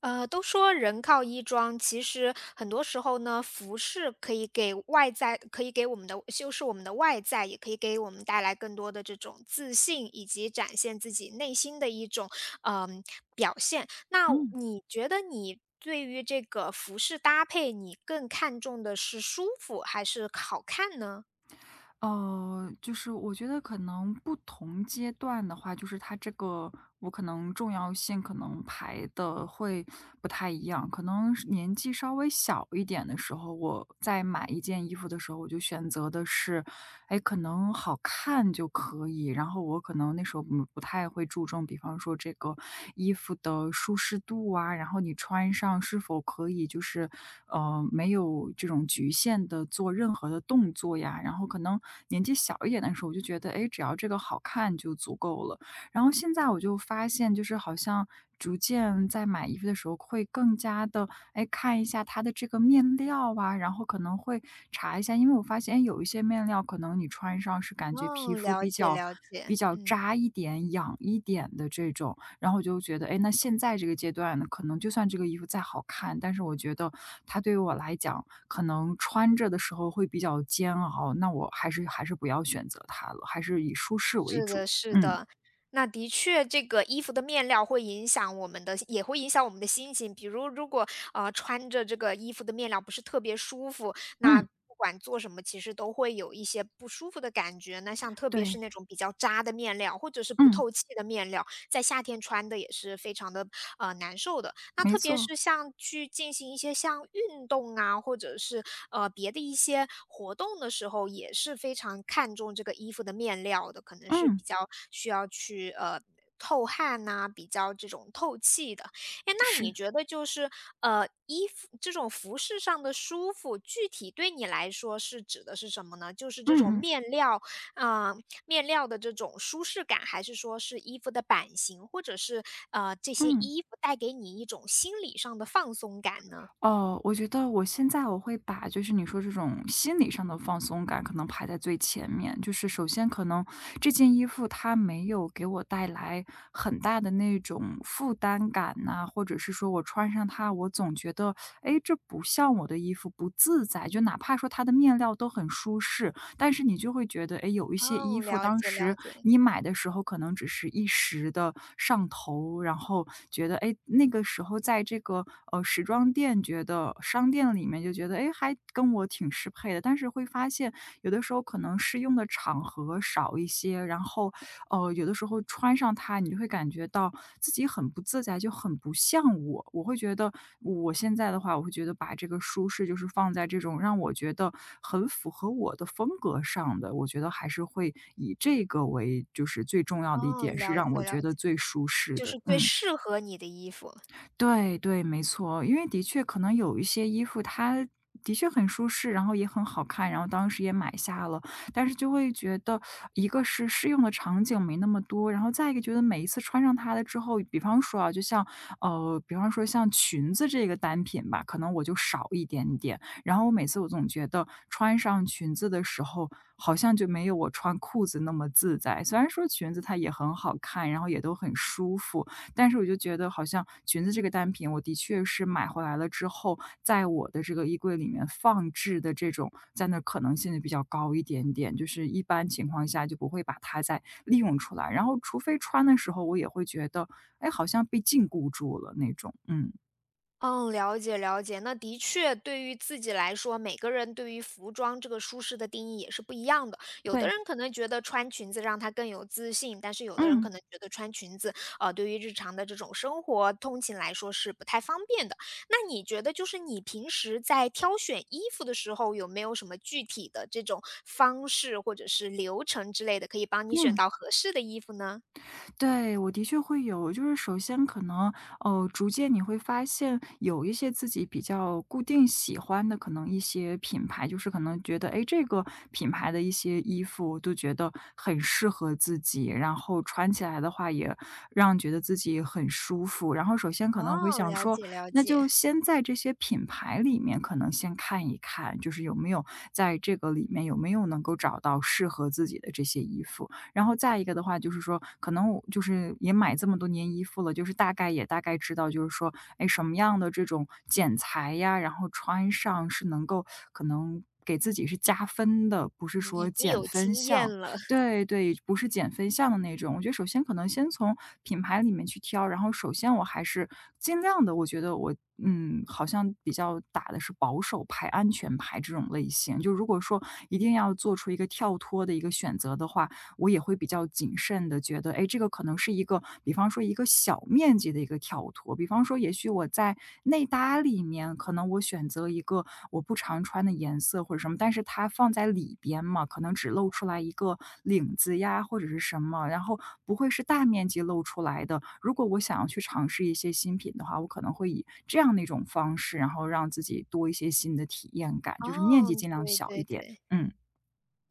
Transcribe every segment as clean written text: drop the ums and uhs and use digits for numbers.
都说人靠衣装，其实很多时候呢，服饰可以给外在，可以给我们的修饰我们的外在，也可以给我们带来更多的这种自信，以及展现自己内心的一种嗯、表现。那嗯，你觉得你对于这个服饰搭配，你更看重的是舒服还是好看呢？就是我觉得可能不同阶段的话，就是它这个我可能重要性可能排的会不太一样。可能是年纪稍微小一点的时候，我在买一件衣服的时候，我就选择的是，哎，可能好看就可以。然后我可能那时候不太会注重，比方说这个衣服的舒适度啊，然后你穿上是否可以就是，没有这种局限的做任何的动作呀。然后可能年纪小一点的时候，我就觉得，哎，只要这个好看就足够了。然后现在我就发现，就是好像逐渐在买衣服的时候会更加的。哎，看一下它的这个面料啊，然后可能会查一下，因为我发现哎有一些面料可能你穿上是感觉皮哦，肤了比解较了解，比较嗯。扎一点、痒一点的这种，然后我就觉得，哎，那现在这个阶段呢，可能就算这个衣服再好看，但是我觉得它对于我来讲，可能穿着的时候会比较煎熬，那我还是不要选择它了，还是以舒适为是主。的，是嗯的。那的确，这个衣服的面料会影响我们的也会影响我们的心情。比如如果，穿着这个衣服的面料不是特别舒服，那嗯，不管做什么，其实都会有一些不舒服的感觉。那像特别是对，那种比较扎的面料，或者是不嗯，透气的面料，在夏天穿的也是非常的难受的。那没特别错，是像去进行一些像运动啊，或者是别的一些活动的时候，也是非常看重这个衣服的面料的，可能是嗯，比较需要去透汗呐、比较这种透气的。哎，那你是，觉得就是,衣服这种服饰上的舒服，具体对你来说是指的是什么呢？就是这种嗯嗯面料，啊、面料的这种舒适感，还是说是衣服的版型，或者是这些嗯。衣服带给你一种心理上的放松感呢？哦，我觉得我现在我会把就是你说这种心理上的放松感可能排在最前面。就是首先可能这件衣服它没有给我带来很大的那种负担感呐、或者是说我穿上它，我总觉得哎诶这不像我的衣服，不自在。就哪怕说它的面料都很舒适，但是你就会觉得，哎，有一些衣哦，服了当解了时解，你买的时候可能只是一时的上头，然后觉得，哎，那个时候在这个，时装店觉得商店里面就觉得，哎，还跟我挺适配的，但是会发现有的时候可能适用的场合少一些，然后哦，有的时候穿上它，你就会感觉到自己很不自在，就很不像我。我会觉得我现在的话，我会觉得把这个舒适就是放在这种让我觉得很符合我的风格上的，我觉得还是会以这个为就是最重要的一哦，点，是了解让我了觉得解，最舒适就的。是最嗯。适合你的衣服。对对，没错。因为的确可能有一些衣服它的确很舒适，然后也很好看，然后当时也买下了。但是就会觉得，一个是适用的场景没那么多，然后再一个觉得每一次穿上它了之后，比方说啊，就像比方说像裙子这个单品吧，可能我就少一点点。然后我每次总觉得穿上裙子的时候，好像就没有我穿裤子那么自在。虽然说裙子它也很好看，然后也都很舒服，但是我就觉得好像裙子这个单品，我的确是买回来了之后，在我的这个衣柜里面放置的这种在那可能性就比较高一点点，就是一般情况下就不会把它再利用出来，然后除非穿的时候，我也会觉得，哎，好像被禁锢住了那种，嗯。嗯，了解了解。那的确，对于自己来说，每个人对于服装这个舒适的定义也是不一样的。有的对。人可能觉得穿裙子让他更有自信，但是有的人可嗯，能觉得穿裙子，对于日常的这种生活通勤来说是不太方便的。那你觉得，就是你平时在挑选衣服的时候，有没有什么具体的这种方式或者是流程之类的，可以帮你选嗯。到合适的衣服呢？对，我的确会有。就是首先可能，逐渐你会发现有一些自己比较固定喜欢的可能一些品牌，就是可能觉得，诶，这个品牌的一些衣服都觉得很适合自己，然后穿起来的话也让觉得自己很舒服。然后首先可能我会哦，想了说，解了那解，就先在这些品牌里面可能先看一看，就是在这个里面有没有能够找到适合自己的这些衣服。然后再一个的话就是说，可能我就是也买这么多年衣服了，就是大概知道，就是说，哎，什么样的这种剪裁呀，然后穿上是能够可能给自己是加分的，不是嗯，已说经减有分经验项。了。对对，不是减分项的那种。我觉得首先可能先从品牌里面去挑，然后首先我还是尽量的，我觉得我好像比较打的是保守牌、安全牌这种类型。就如果说一定要做出一个跳脱的一个选择的话，我也会比较谨慎的，觉得，哎，这个可能是一个比方说一个小面积的一个跳脱。比方说也许我在内搭里面，可能我选择一个我不常穿的颜色或者什么，但是它放在里边嘛，可能只露出来一个领子呀，或者是什么，然后不会是大面积露出来的。如果我想要去尝试一些新品的话，我可能会以这样的一种方式，然后让自己多一些新的体验感，就是面哦，积尽量对小一对点。对，嗯，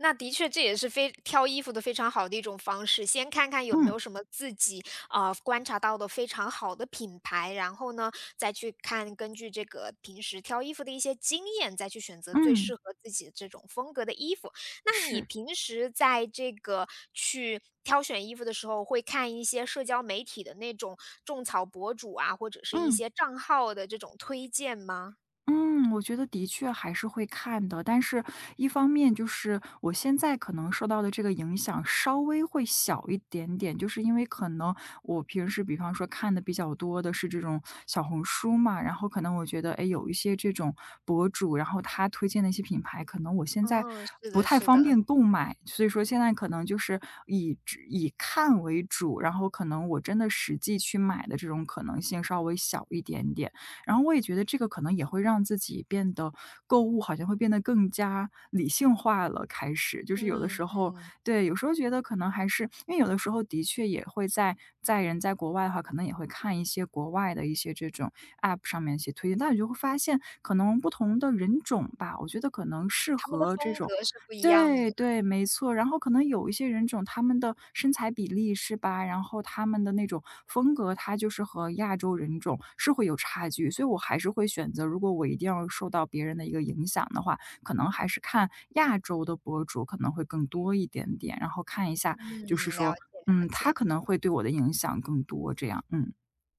那的确这也是非挑衣服的非常好的一种方式。先看看有没嗯，有什么自己啊、观察到的非常好的品牌，然后呢再去看根据这个平时挑衣服的一些经验，再去选择最嗯，适合自己的这种风格的衣服。那你是，平时在这个去挑选衣服的时候，会看一些社交媒体的那种种草博主啊，或者是一嗯。些账号的这种推荐吗？嗯，我觉得的确还是会看的，但是一方面就是我现在可能受到的这个影响稍微会小一点点，就是因为可能我平时比方说看的比较多的是这种小红书嘛，然后可能我觉得，哎，有一些这种博主，然后他推荐的一些品牌，可能我现在嗯、是不的，太是的，方便购买，所以说现在可能就是以只以看为主，然后可能我真的实际去买的这种可能性稍微小一点点。然后我也觉得这个可能也会让自己变得购物好像会变得更加理性化了，开始就是有的嗯时候嗯。对，有时候觉得可能还是因为有的时候的确也会在人在国外的话，可能也会看一些国外的一些这种 App 上面一些推荐，但你就会发现可能不同的人种吧，我觉得可能适他们的合这风种格是不一样的，对对，没错。然后可能有一些人种，他们的身材比例是吧，然后他们的那种风格，它就是和亚洲人种是会有差距。所以我还是会选择，如果我一定要受到别人的一个影响的话，可能还是看亚洲的博主可能会更多一点点，然后看一下嗯，就是了说，解了嗯，他解。可能会对我的影响更多这样，嗯，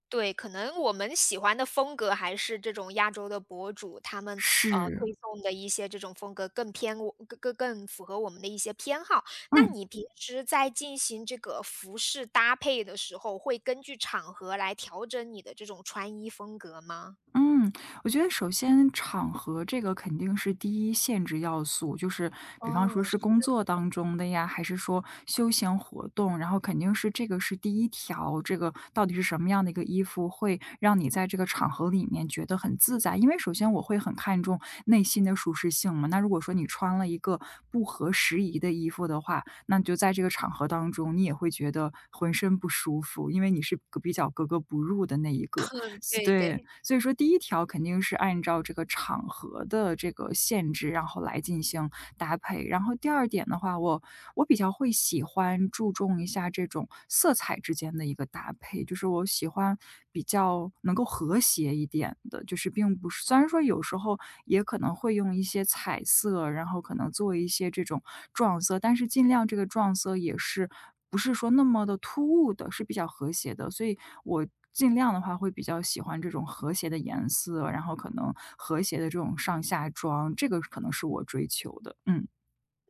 对，可能我们喜欢的风格还是这种亚洲的博主，他们，是，推送的一些这种风格更偏我更符合我们的一些偏好。那嗯。你平时在进行这个服饰搭配的时候，会根据场合来调整你的这种穿衣风格吗？嗯，我觉得首先场合这个肯定是第一限制要素，就是比方哦，说是是工的，作当中的呀，还是说休闲活动，然后肯定是这个是第一条，这个到底是什么样的一个衣服会让你在这个场合里面觉得很自在？因为首先我会很看重内心的舒适性嘛，那如果说你穿了一个不合时宜的衣服的话，那就在这个场合当中，你也会觉得浑身不舒服，因为你是个比较格格不入的那一个。是对对，对。所以说第一条肯定是按照这个场合的这个限制，然后来进行搭配。然后第二点的话，我比较会喜欢注重一下这种色彩之间的一个搭配，就是我喜欢比较能够和谐一点的，就是并不是虽然说有时候也可能会用一些彩色，然后可能做一些这种撞色，但是尽量这个撞色也是不是说那么的突兀的，是比较和谐的。所以我尽量的话会比较喜欢这种和谐的颜色，然后可能和谐的这种上下装，这个可能是我追求的，嗯。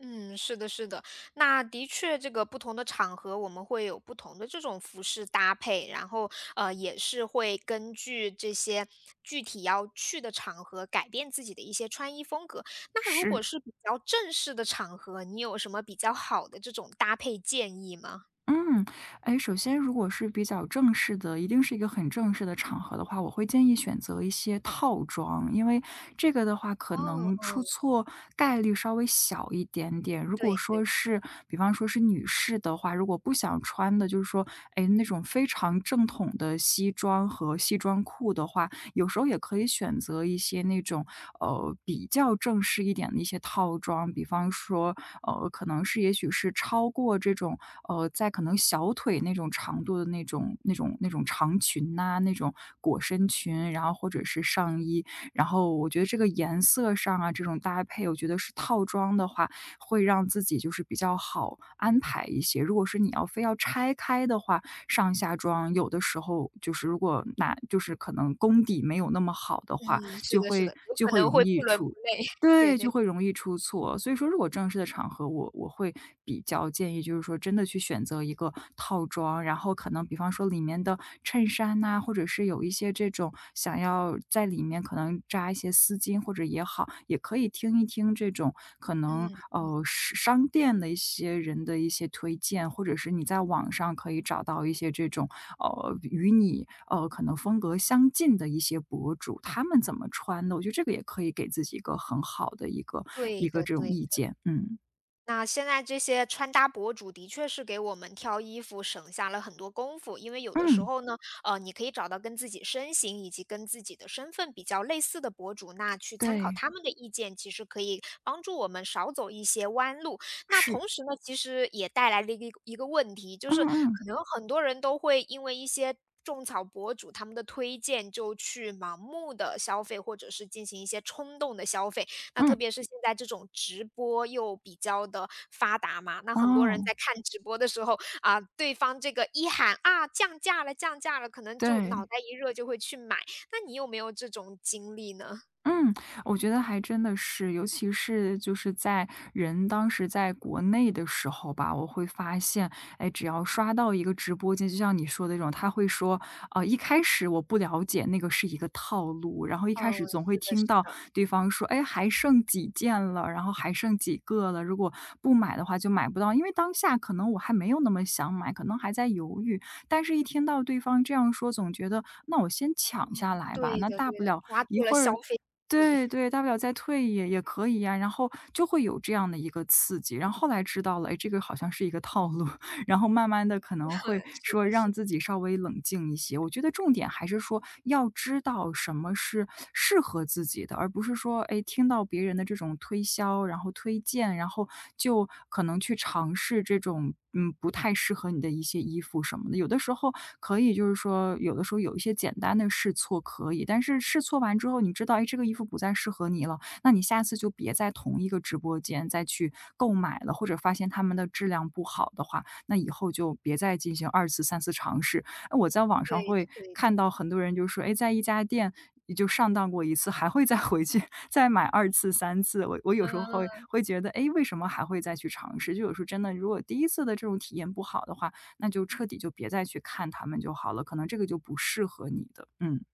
嗯，是的，是的，那的确，这个不同的场合，我们会有不同的这种服饰搭配，然后也是会根据这些具体要去的场合改变自己的一些穿衣风格。那如果是。是比较正式的场合，你有什么比较好的这种搭配建议吗？嗯，哎，首先如果是比较正式的，一定是一个很正式的场合的话，我会建议选择一些套装，因为这个的话可哦，能出哦，错概率稍微小一点点。如对果对，说是，比方说是女士的话，如果不想穿的，就是说，哎，那种非常正统的西装和西装裤的话，有时候也可以选择一些那种，比较正式一点的一些套装，比方说，可能是也许是超过这种，在可能小腿那种长度的那种长裙呐，那种裹身裙，然后或者是上衣。然后我觉得这个颜色上啊，这种搭配，我觉得是套装的话，会让自己就是比较好安排一些。如果是你要非要拆开的话，上下装有的时候就是如果哪就是可能功底没有那么好的嗯，话，是就的，是会的，有就可会能容会易不伦出，不类，对对，就对，会容易出错。所以说如果正式的场合，我会比较建议就是说真的去选择一个套装，然后可能比方说里面的衬衫呐，或者是有一些这种想要在里面可能扎一些丝巾或者也好，也可以听一听这种可能嗯，是商店的一些人的一些推荐，或者是你在网上可以找到一些这种与你可能风格相近的一些博主，他们怎么穿的，我觉得这个也可以给自己一个很好的一个对一个的，这种对。意见。嗯那现在这些穿搭博主的确是给我们挑衣服省下了很多功夫，因为有的时嗯，候呢，你可以找到跟自己身形以及跟自己的身份比较类似的博主，那去参考对，他们的意见，其实可以帮助我们少走一些弯路。那是，同时呢，其实也带来了一个问题，就是嗯嗯可能很多人都会因为一些。种草博主他们的推荐，就去盲目的消费，或者是进行一些冲动的消费。那特嗯，别是现在这种直播又比较的发达嘛，那很多人哦，在看直播的时候，啊，对方这个一喊：“啊，降价了，降价了！”可能就脑对。袋一热就会去买，那你有没有这种经历呢？嗯，我觉得还真的是，尤其是就是在人当时在国内的时候吧，我会发现，哎，只要刷到一个直播间，就像你说的那种，他会说，一开始我不了解那个是一个套路，然后一开嗯，始总会是的是听到的，对方说，哎，还剩几件了，然后还剩几个了，如果不买的话就买不到，因为当下可能我还没有那么想买，可能还在犹豫，但是一听到对方这样说，总觉得那我先抢下嗯，来吧，对那的大对不的，了抓一住了会消儿费心理，对对，大不了再退也可以呀，然后就会有这样的一个刺激，然后后来知道了，哎，这个好像是一个套路。然后慢慢的可 能会是的说是让的，自己稍微冷静一些。我觉得重点还是说要知道什么是适合自己的，而不是说，哎，听到别人的这种推销，然后推荐，然后就可能去尝试这种，不太适合你的一些衣服什么的。有的时候可以就是说有的时候有一些简单的试错可以，但是试错完之后你知道，哎，这个衣服不再适合你了，那你下次就别在同一个直播间再去购买了，或者发现他们的质量不好的话，那以后就别再进行二次、三次尝试。那我在网对上的会对的，看到很多人就说："哎，在一家店也就上当过一次，还会再回去 再买二次、三次。"我有时候会嗯。会觉得："哎，为什么还会再去尝试？"就有时候真的，如果第一次的这种体验不好的话，那就彻底就别再去看他们就好了，可能这个就不适合你的。嗯，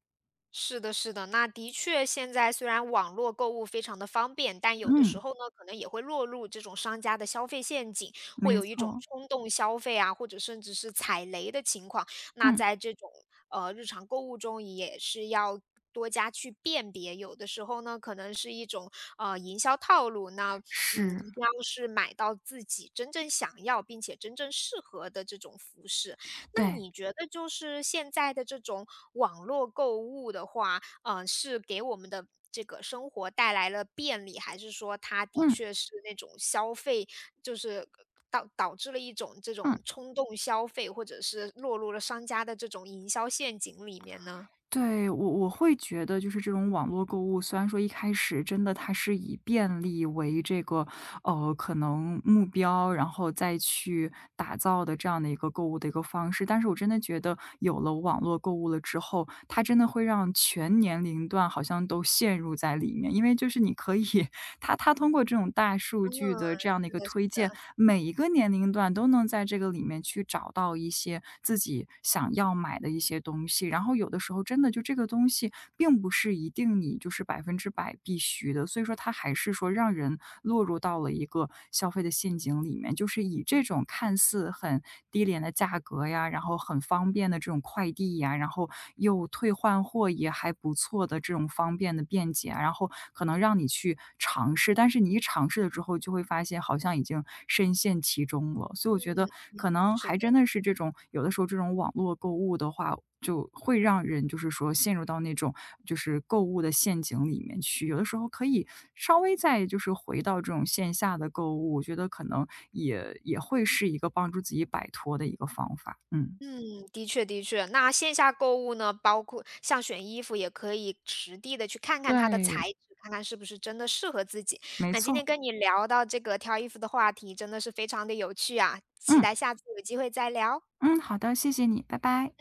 是的，是的，那的确，现在虽然网络购物非常的方便，但有的嗯，时候呢，可能也会落入这种商家的消费陷阱，会没有一种错，冲动消费啊，或者甚至是踩雷的情况。那嗯，在这种日常购物中，也是要多加去辨别。有的时候呢，可能是一种营销套路，那嗯，是，一定要是买到自己真正想要并且真正适合的这种服饰。那对，你觉得就是现在的这种网络购物的话，嗯，是给我们的这个生活带来了便利，还是说它的嗯，确是那种消费，就是导致了一种这嗯。种冲动消费，或者是落入了商家的这种营销陷阱里面呢？对，我会觉得就是这种网络购物，虽然说一开始真的它是以便利为这个，可能目标，然后再去打造的这样的一个购物的一个方式，但是我真的觉得有了网络购物了之后，它真的会让全年龄段好像都陷入在里面，因为就是你可以 它通过这种大数嗯，据的这样的一是个的，是推荐，的，每一个年龄段都能在这个里面去找到一些自己想要买的一些东西。然后有的时候真的就这个东西并不是一定你就是百分之百必须的，所以说它还是说让人落入到了一个消费的陷阱里面，就是以这种看似很低廉的价格呀，然后很方便的这种快递呀，然后又退换货还不错的这种方便的便捷啊，然后可能让你去尝试，但是你一尝试了之后，就会发现好像已经深陷其中了。所以我觉得可能是还真的是这种，有的时候这种网络购物的话，就会让人就是说陷入到那种就是购物的陷阱里面去。有的时候可以稍微再就是回到这种线下的购物，我觉得可能也会是一个帮助自己摆脱的一个方法。嗯，嗯，的确的确。那线下购物呢，包括像选衣服，也可以实地的去看看它的对，材质，看看是不是真的适合自己。没那今天错。跟你聊到这个挑衣服的话题，真的是非常的有趣啊，期嗯待下次有机会再聊，嗯，好的，谢谢你，拜拜。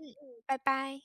拜拜。